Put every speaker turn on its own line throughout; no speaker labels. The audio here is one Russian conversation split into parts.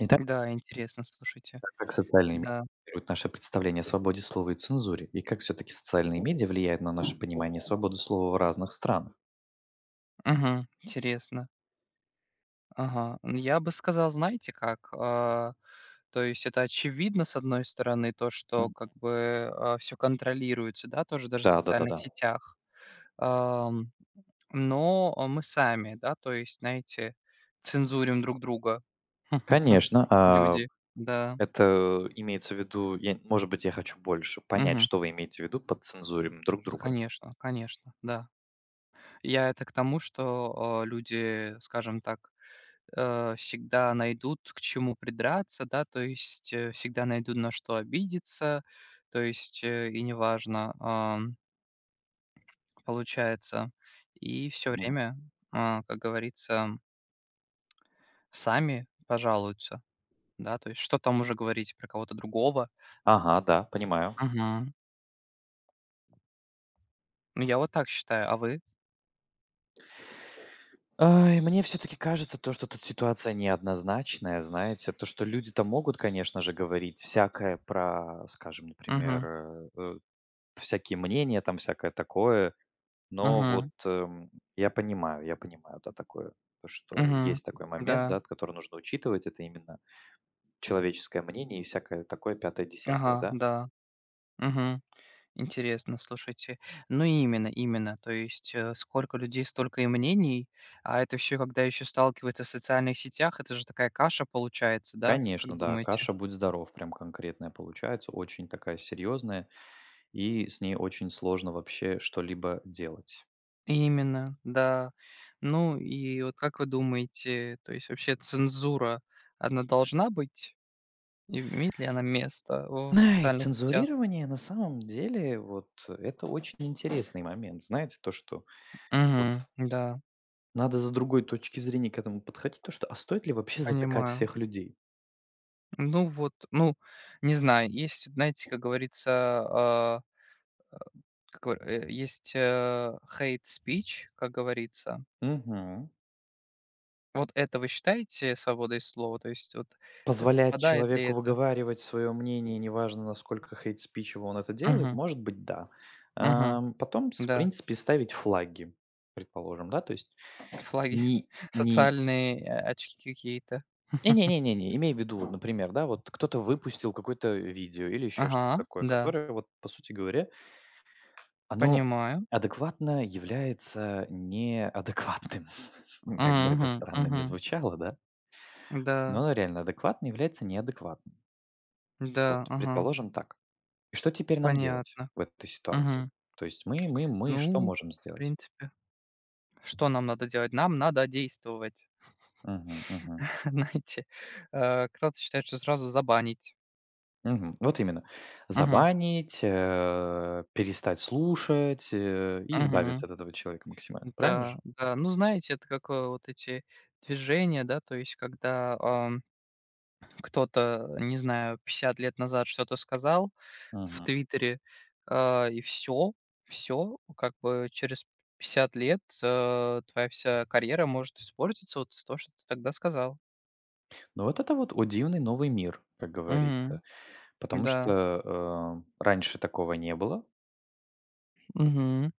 Итак,
Да, интересно, слушайте.
как социальные медиа
Да.
формируют наше представление о свободе слова и цензуре, и как все-таки социальные медиа влияют на наше понимание свободы слова в разных странах.
Мгм. Интересно. Ага. Н я бы сказал, знаете как, то есть это очевидно, с одной стороны, то, что
М,
как бы, все контролируется, да, тоже даже в
Да, да, да,
социальных
да.
сетях. Ам, но, мы сами, да, то есть, знаете, цензурим друг друга.
Конечно,
Люди. Да.
это имеется в виду, я хочу больше понять,
Мгм.
что вы имеете в виду под цензурим друг
Да,
друга.
конечно, конечно, да. Я это к тому, что, люди, скажем так, всегда найдут к чему придраться, да, то есть, всегда найдут на что обидеться, то есть, и неважно, получается. И все
Мгм.
время, как говорится, сами пожалуются, да, то есть что там уже говорить про кого-то другого.
Ага, да, понимаю.
Мгм. Ну, я вот так считаю, а вы?
Ай, мне все-таки кажется то, что тут ситуация неоднозначная, знаете, то, что люди-то могут, конечно же, говорить всякое про, скажем, например,
Угу,
всякие мнения, там всякое такое. Но вот,
угу,
я понимаю, да, такое, то, что
угу,
есть такой момент,
да,
да, который нужно учитывать. Это именно человеческое мнение и всякое такое пятое, десятое,
ага,
да?
да, угу. Интересно, слушайте. Ну, именно, именно. То есть, сколько людей, столько и мнений. А это всё, когда еще сталкивается в социальных сетях, это же такая каша получается, да, как
Конечно, да,
думаете?
каша "Будь здоров" прям конкретная получается, очень такая серьезная, и с ней очень сложно вообще что-либо делать.
Именно, да. Ну и вот как вы думаете, то есть вообще цензура, она должна быть? И имеет ли она место в
Ай,
социальных сетях?
цензурирование на самом деле, вот это очень интересный момент. Знаете, то, что вот
Мгм. Да,
надо с другой точки зрения к этому подходить, то, что а стоит ли вообще затыкать
понимаю.
всех людей?
Ну вот, ну, не знаю, есть, знаете, как говорится, как вы есть, hate speech, как говорится.
Мгм.
Вот это вы считаете свободой слова? То есть вот,
Позволяет
впадает ли
человеку
это?
выговаривать свое мнение, неважно, насколько хейтспичево он это делает,
Мгм,
может быть, да.
мгм,
Потом, с в
да,
принципе, ставить флаги, предположим, да, то есть
флаги,
не не
социальные, очки какие-то.
не имей в виду, вот, например, да, вот кто-то выпустил какое-то видео или еще
Ага,
что-то такое,
да,
которое вот, по сути говоря, оно
понимаю.
адекватно является неадекватным. Как бы это
Мгм,
странно не
мгм.
звучало, да, но
Да,
оно реально адекватно является неадекватным.
да,
Вот,
ага,
предположим, так. И что теперь нам делать
понятно.
в этой ситуации?
Мгм.
То есть мы что
Ну,
можем
в
сделать?
принципе, что нам надо делать? Нам надо действовать.
Мгм, мгм,
Знаете, кто-то считает, что сразу забанить.
мгм. Вот именно.
Мгм.
Забанить, перестать слушать, и
Мгм.
избавиться от этого человека максимально. Правильно же?
Да, да. Ну, знаете, это как, вот эти движения, да, то есть когда, кто-то, не знаю, 50 лет назад что-то сказал в
Мгм.
"Твиттере", и все как бы через 50 лет, твоя вся карьера может испортиться вот из того, что ты тогда сказал.
Ну, вот это вот, о дивный новый мир, как
Мгм.
говорится. Потому
Да.
что, раньше такого не было,
Мгм.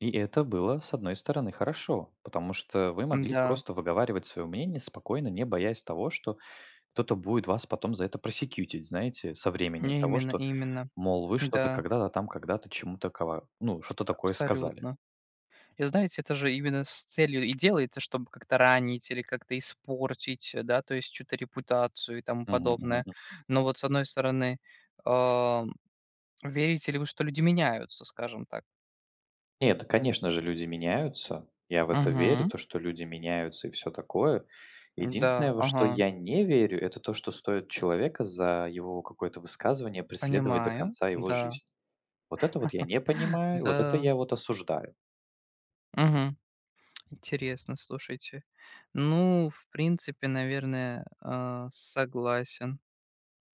и это было, с одной стороны, хорошо, потому что вы могли
Да.
просто выговаривать свое мнение спокойно, не боясь того, что кто-то будет вас потом за это просекьютить, знаете, со временем
не
того,
Именно,
что,
именно.
мол, вы что-то
Да,
когда-то там, когда-то чему-то кого, ну, что-то такое сказали.
абсолютно. И знаете, это же именно с целью и делается, чтобы как-то ранить или как-то испортить, да, то есть чью-то репутацию и тому
Мгм,
подобное.
мгм.
Но вот с одной стороны, а, верите ли вы, что люди меняются, скажем так?
Нет, да, конечно же, люди меняются. Я в это верю,
Мгм.
то, что люди меняются и все такое. Единственное,
Да,
во что
ага,
я не верю, это то, что стоит человека за его какое-то высказывание преследовать до
понимаю.
конца его
Да,
жизни. Вот это вот я не понимаю, вот это
да.
я вот осуждаю.
Мгм. Интересно, слушайте. Ну, в принципе, наверное, согласен.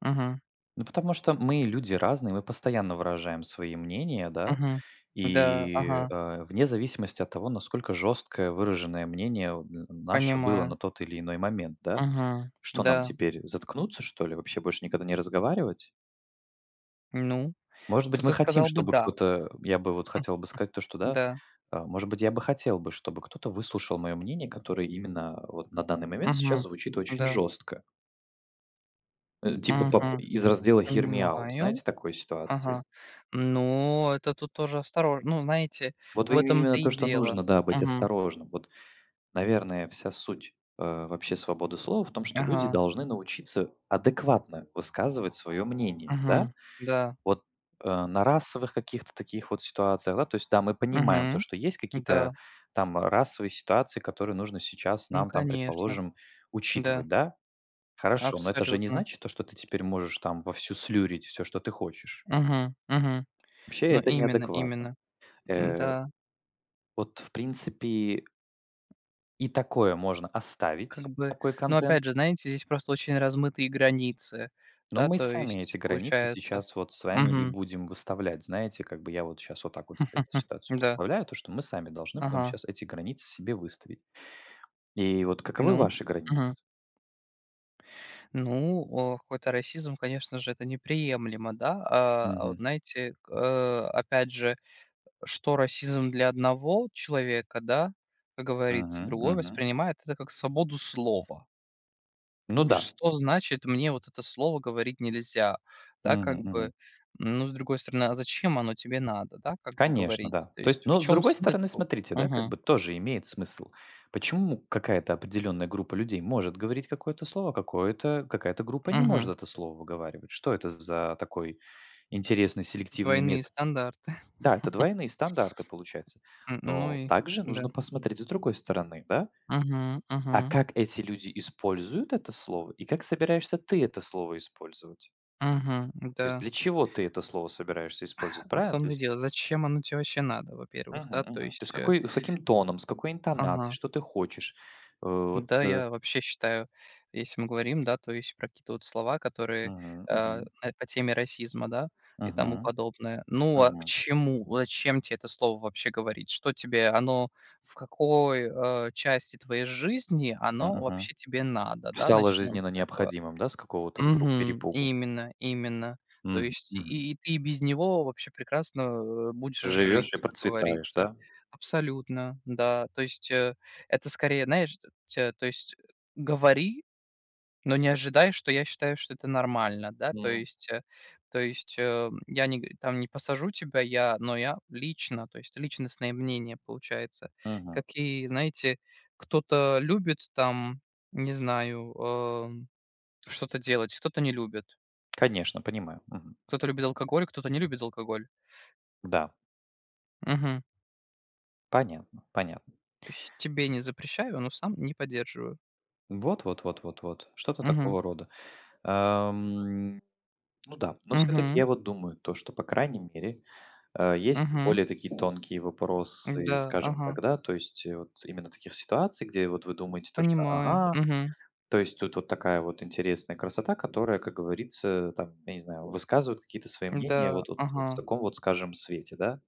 Мгм,
Ну, потому что мы люди разные, мы постоянно выражаем свои мнения, да.
мгм. Да,
И,
ага,
вне зависимости от того, насколько жесткое выраженное мнение у н наше было
понимаю.
на тот или иной момент, да.
Мгм.
Что
Да,
нам теперь, заткнуться, что ли, вообще больше никогда не разговаривать?
ну.
Может быть, мы
Кто-то
хотим,
сказал бы
чтобы
"да".
кто-то я бы вот
М,
хотел бы сказать то, что да,
да.
может быть, я бы хотел бы, чтобы кто-то выслушал мое мнение, которое именно вот на данный момент сейчас
Мгм.
звучит очень
Да.
жестко. Типа поп
Мгм.
из раздела hear me out,
Понимаю.
знаете, такой
Ага.
ситуации.
Ну, это тут тоже осторожно, ну, знаете,
Вот
в
вы именно
этом-то и
то, что
дело.
нужно, да, быть
Мгм.
осторожным. Вот, наверное, вся суть, вообще свободы слова в том, что люди
Ага.
должны научиться адекватно высказывать свое мнение, да.
Мгм. Да.
Вот, на расовых каких-то таких вот ситуациях, да, то есть, да, мы понимаем то,
Мгм.
что есть какие-то
Да.
там расовые ситуации, которые нужно сейчас
Ну,
нам там,
конечно.
предположим,
Да.
учитывать, да. Хорошо, но это же не
Абсолютно.
значит то, что ты теперь можешь там вовсю слюрить все, что ты хочешь.
Мгм. Мгм.
Вообще
Ну,
это
именно,
неадекватно.
именно.
Э,
Да,
вот, в принципе, и такое можно
как
оставить,
бы,
такой
но
контент.
опять же, знаете, здесь просто очень размытые границы,
Но
да,
мы
то
сами
есть
эти границы
получается.
сейчас вот с вами и
Мгм.
будем выставлять. Знаете, как бы я вот сейчас вот так вот себе эту ситуацию
Да.
представляю, то, что мы сами должны будем
Ага.
сейчас эти границы себе выставить. И вот каковы
Ну,
ваши границы?
мгм. Ну, о, какой-то расизм, конечно же, это неприемлемо, да. А, вот
Мгм.
знаете, опять же, что расизм для одного человека, да, как
Мгм.
говорится, другой
Мгм.
воспринимает это как свободу слова.
Ну да.
Что значит: "Мне вот это слово говорить нельзя"? Да, как
Мгм.
бы,
Мгм.
ну, с другой стороны, а зачем оно тебе надо, да, как бы
Конечно,
говорить?
да.
То
То есть,
есть в
но с
чем
другой стороны,
смысл?
смотрите, да, как
Угу,
бы тоже имеет смысл. Почему какая-то определенная группа людей может говорить какое-то слово, а какое-то, какая-то группа не может
угу.
это слово выговаривать? Что это за такой интересный селективный
Двойные
метод?
стандарты.
Да, это двойные стандарты, получается.
Ну
Но
и
также
да.
нужно посмотреть с другой стороны, да?
Угу,
А
угу.
как эти люди используют это слово, и как собираешься ты это слово использовать?
Мгм,
То есть
да.
для чего ты это слово собираешься использовать,
В
правильно? То
том-то и
есть,
дело. Зачем оно тебе вообще надо, во-первых,
мгм,
да? То
мгм. То есть
есть,
какой, с каким тоном, с какой интонацией,
ага,
что ты хочешь? Э, Вот,
да,
э,
я вообще считаю, если мы говорим, да, то есть про какие-то вот слова, которые,
мгм, мгм,
по теме расизма, да, и тому
мгм,
подобное. Ну, а к
мгм,
чему? Зачем тебе это слово вообще говорить? Что тебе оно, в какой, части твоей жизни оно
мгм.
вообще тебе надо, да?
Стало
Начнем
жизненно
с этого.
необходимым, да, с какого-то вдруг
Мгм.
перепугу?
Именно, именно. То
Мгм,
есть
мгм.
и ты без него вообще прекрасно, будешь
Живешь и
жить, как
процветаешь,
говорится.
да?
Абсолютно, да. То есть, это скорее, знаешь, т те то есть, говори, но не ожидай, что я считаю, что это нормально, да. То
М,
есть, э, то есть, э, я не г там не посажу тебя я, но я лично, то есть личностное мнение получается.
мгм.
Как и, знаете, кто-то любит там, не знаю, что-то делать, кто-то не любит.
Конечно, понимаю. Мгм.
Кто-то любит алкоголь, кто-то не любит алкоголь.
Да,
Мгм.
понятно, понятно.
То есть тебе не запрещаю, но сам не поддерживаю.
Вот, что-то
Мгм.
такого рода. Ам, ну да, но все таки
Мгм.
я вот думаю, то, что, по крайней мере, есть
Мгм.
более такие тонкие вопросы,
Да,
скажем
ага.
так, да. То есть, вот именно таких ситуаций, где вот вы думаете то, что
Понимаю.
ага,
Мгм.
то есть тут вот такая вот интересная красота, которая, как говорится, там, я не знаю, высказывает какие-то свои мнения
Да,
вот в
ага.
таком вот, скажем, свете, да.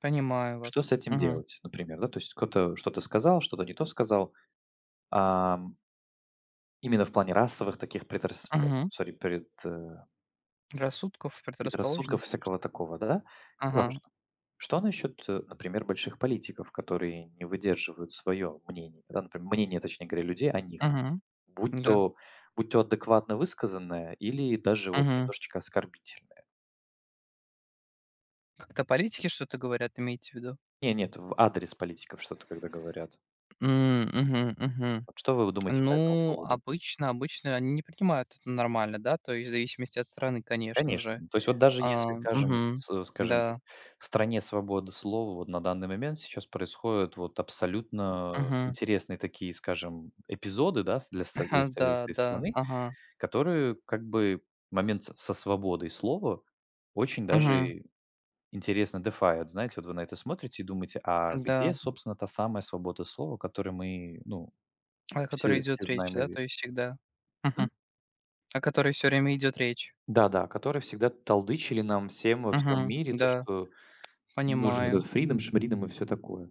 Понимаю
Что с
вас.
этим
Мгм.
делать, например, да? То есть кто-то что-то сказал, что-то не то сказал. Ам, именно в плане расовых таких
Мгм.
сори, пред э,
Рассудков,
предрассудков,
предрасположенности,
всякого
что ли?
такого, да?
Ага.
Неважно. Что насчет, например, больших политиков, которые не выдерживают свое мнение, да, например, мнение, точнее говоря, людей о них,
Мгм.
будь
Да.
то будь то адекватно высказанное или даже вот
Мгм.
немножечко оскорбительное?
Как-то политики что-то говорят, имеете в виду?
Не, нет, в адрес политиков что-то когда говорят.
М, мгм, мгм.
Вот что вы думаете по этому
Ну,
поводу?
обычно они не принимают это нормально, да, то есть в зависимости от страны, конечно
Конечно.
же.
То есть вот даже
А,
если, скажем,
мгм.
с скажем так,
Да.
в стране свободы слова вот на данный момент сейчас происходят вот абсолютно
Мгм.
интересные такие, скажем, эпизоды, да, с для своей
Да,
всей
да,
страны,
ага.
которые как бы момент с со свободой слова очень
Мгм.
даже интересно дефает. Знаете, вот вы на это смотрите и думаете: "А
Да.
где, собственно, та самая свобода слова, которой мы, ну,
О
все
которой
все
идет речь,
знаем и
да, то
верим?"
есть всегда?
М.
Мгм. О которой все время идет речь.
Да-да, которые всегда толдычили нам всем во всем
Мгм.
мире то,
Да,
что нужен
понимаю.
этот фридом, шмридом и все такое.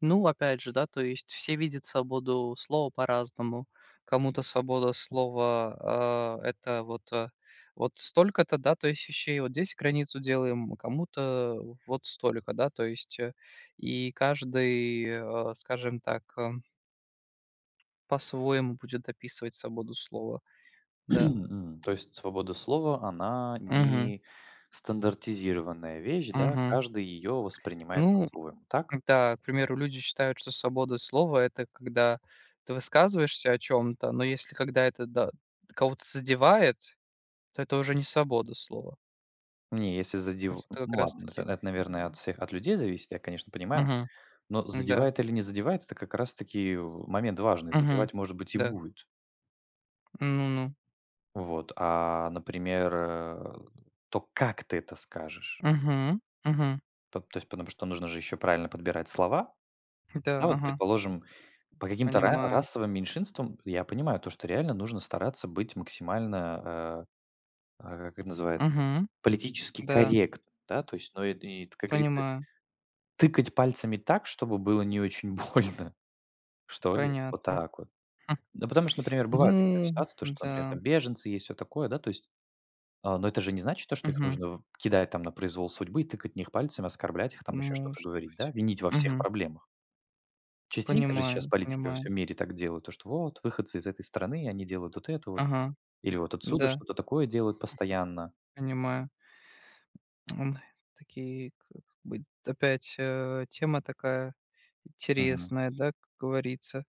Ну, опять же, да, то есть все видят свободу слова по-разному. Кому-то свобода слова, это вот, вот столько-то, да, то есть вещей, вот здесь границу делаем, кому-то вот столько, да, то есть, и каждый, скажем так, по-своему будет описывать свободу слова. Да.
То есть свобода слова, она
Мгм.
не стандартизированная вещь, да,
Мгм.
каждый ее воспринимает
Ну
по-своему, так?
да, к примеру, люди считают, что свобода слова- это когда ты высказываешься о чем то, но если когда это, да, кого-то задевает, то это уже не свобода слова.
Не, если
Вот
задев
это как
ну
раз
ладно,
таки.
это, наверное, от всех от людей зависит, я, конечно, понимаю,
Мгм.
но
Да.
задевает или не задевает - это как раз таки момент важный.
Мгм.
Задевать, может быть, и
Да.
будет.
Ну-ну.
Вот, например, то, как ты это скажешь.
Угу, мгм.
П то есть потому что нужно же еще правильно подбирать слова.
Да,
А вот,
ага.
предположим, по каким-то ра
Понимаю.
расовым меньшинствам я понимаю то, что реально нужно стараться быть максимально, э, как это называется,
Угу,
политически
да,
корректным, да, то есть, ну, и, как говорится,
понимаю.
тыкать пальцами так, чтобы было не очень больно, что ли, вот
Понятно.
так вот. Да потому что, например, бывают некоторые
Ну
ситуации, то, что, например,
да.
там беженцы есть, все такое, да, то есть, но это же не значит то, что их
Угу,
нужно в кидать там на произвол судьбы и тыкать в них пальцами, оскорблять их, там еще что-то
может
говорить, да,
быть.
винить во всех
Угу,
проблемах. Частенько же сейчас
понимаю,
политики во
понимаю.
всем мире так делают, то что вот выходцы из этой страны, они делают вот это вот,
Ага.
или вот отсюда
Да,
что-то такое делают постоянно.
понимаю. М, такие, к как бы опять, тема такая
Мгм.
интересная, да, как говорится.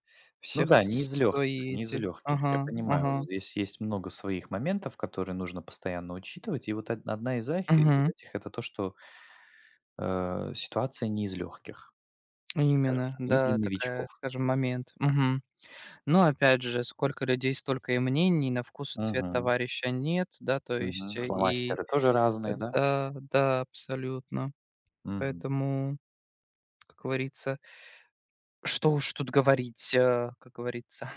Ну
Всех
да,
с свои
не из
эти.
легких, я
Ага,
понимаю.
ага.
Здесь есть много своих моментов, которые нужно постоянно учитывать. И вот одна из, из
Мгм.
этих это то, что ситуация не из легких, скажем
Именно,
так, не для
да, такая,
новичков.
скажем, момент. Мгм. Но опять же, сколько людей, столько и мнений, на вкус и цвет
Мгм.
товарища нет, да, то
Мгм.
есть, и
Фломастеры тоже
э,
разные, да?
да, да, абсолютно.
Мгм.
Поэтому, как говорится, что уж тут говорить, как говорится.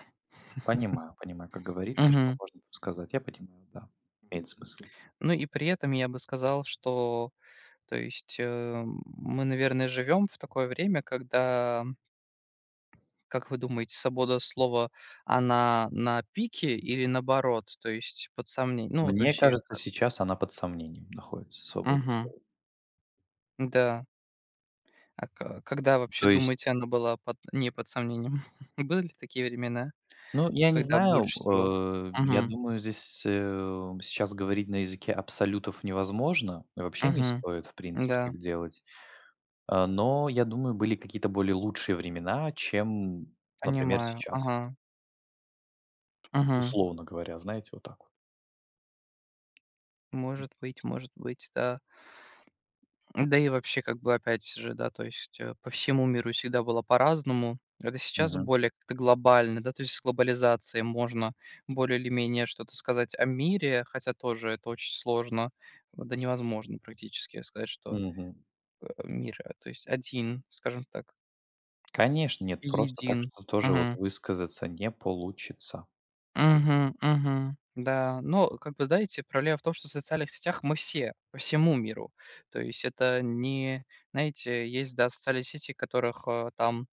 Понимаю, понимаю, как говорится, что
Мгм.
можно тут сказать. Я понимаю, да, имеет смысл.
Ну и при этом я бы сказал, что, то есть, мы, наверное, живем в такое время, когда, как вы думаете, свобода слова, она на пике или наоборот, то есть под сомнением? Ну вот
Мне
вообще
кажется,
как?
сейчас она под сомнением находится, свобода
Мгм.
слова.
Да. А к когда вообще,
То есть,
думаете, она была под не под сомнением? Были ли такие времена,
ну, я не
когда
знаю,
больше всего?
я
Мгм,
думаю, здесь, сейчас говорить на языке абсолютов невозможно, и вообще не
мгм.
стоит, в принципе,
Да,
так делать. Но, я думаю, были какие-то более лучшие времена, чем, например,
понимаю.
сейчас,
Ага, мгм.
условно говоря, знаете, вот так вот.
Может быть, может быть, да. Да и вообще, как бы опять же, да, то есть, по всему миру всегда было по-разному. Это сейчас
Мгм.
более как-то глобально, да, то есть с глобализацией можно более или менее что-то сказать о мире, хотя тоже это очень сложно, вот, да невозможно практически сказать, что
Мгм.
э, мир, то есть один, скажем так,
Конечно, нет, просто так,
един.
что тоже вот
Мгм.
высказаться не получится.
Мгм, мгм. Да, но как бы, знаете, проблема в том, что в социальных сетях мы все, по всему миру. То есть это не, знаете, есть, да, социальные сети, которых там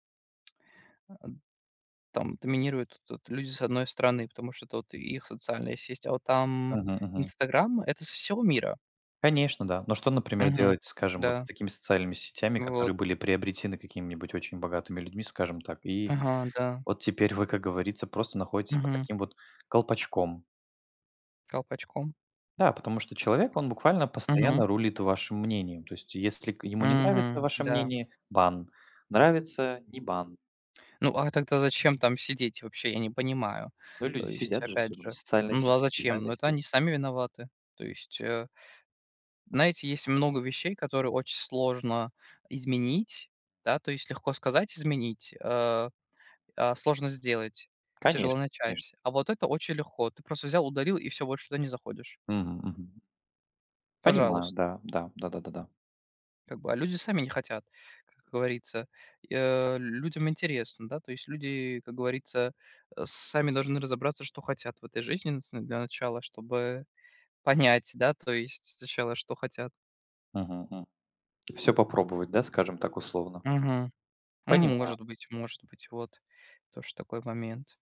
Там доминируют тут люди с одной стороны, потому что это вот их социальная сеть, а вот там
Мгм, мгм.
"Инстаграм"- это со всего мира.
Конечно, да. Но что, например,
Мгм.
делать, скажем, вот с
Да.
такими социальными сетями,
Вот.
которые были приобретены какими-нибудь очень богатыми людьми, скажем так, и
Ага, да.
вот теперь вы, как говорится, просто находитесь под
Мгм.
таким вот колпачком.
Колпачком.
Да, потому что человек, он буквально
Мгм.
постоянно рулит вашим мнением. То есть, если ему не нравится
Мгм.
ваше
Да.
мнение, бан. Нравится, не бан.
Ну, а тогда зачем там сидеть вообще, я не понимаю.
Но люди
То есть,
сидят же все
опять
равно.
же,
Социальная
ну,
сеть,
а
есть
зачем?
социальная
Ну, это
сеть.
они сами виноваты. То есть, знаете, есть много вещей, которые очень сложно изменить, да, то есть легко сказать изменить, сложно сделать, тяжело
Конечно, конечно.
начать. А вот это очень легко. Ты просто взял, ударил и все больше туда не заходишь.
Мгм, мгм. Понимаю,
Пожалуйста.
да, да, да, да, да, да.
Как бы, а люди сами не хотят, как говорится. Людям интересно, да, то есть люди, как говорится, сами должны разобраться, что хотят в этой жизни нац для начала, чтобы понять, да, то есть сначала, что хотят.
Все попробовать, да, скажем так условно.
Мгм. Ну,
Понимаю.
может быть, вот тоже такой момент.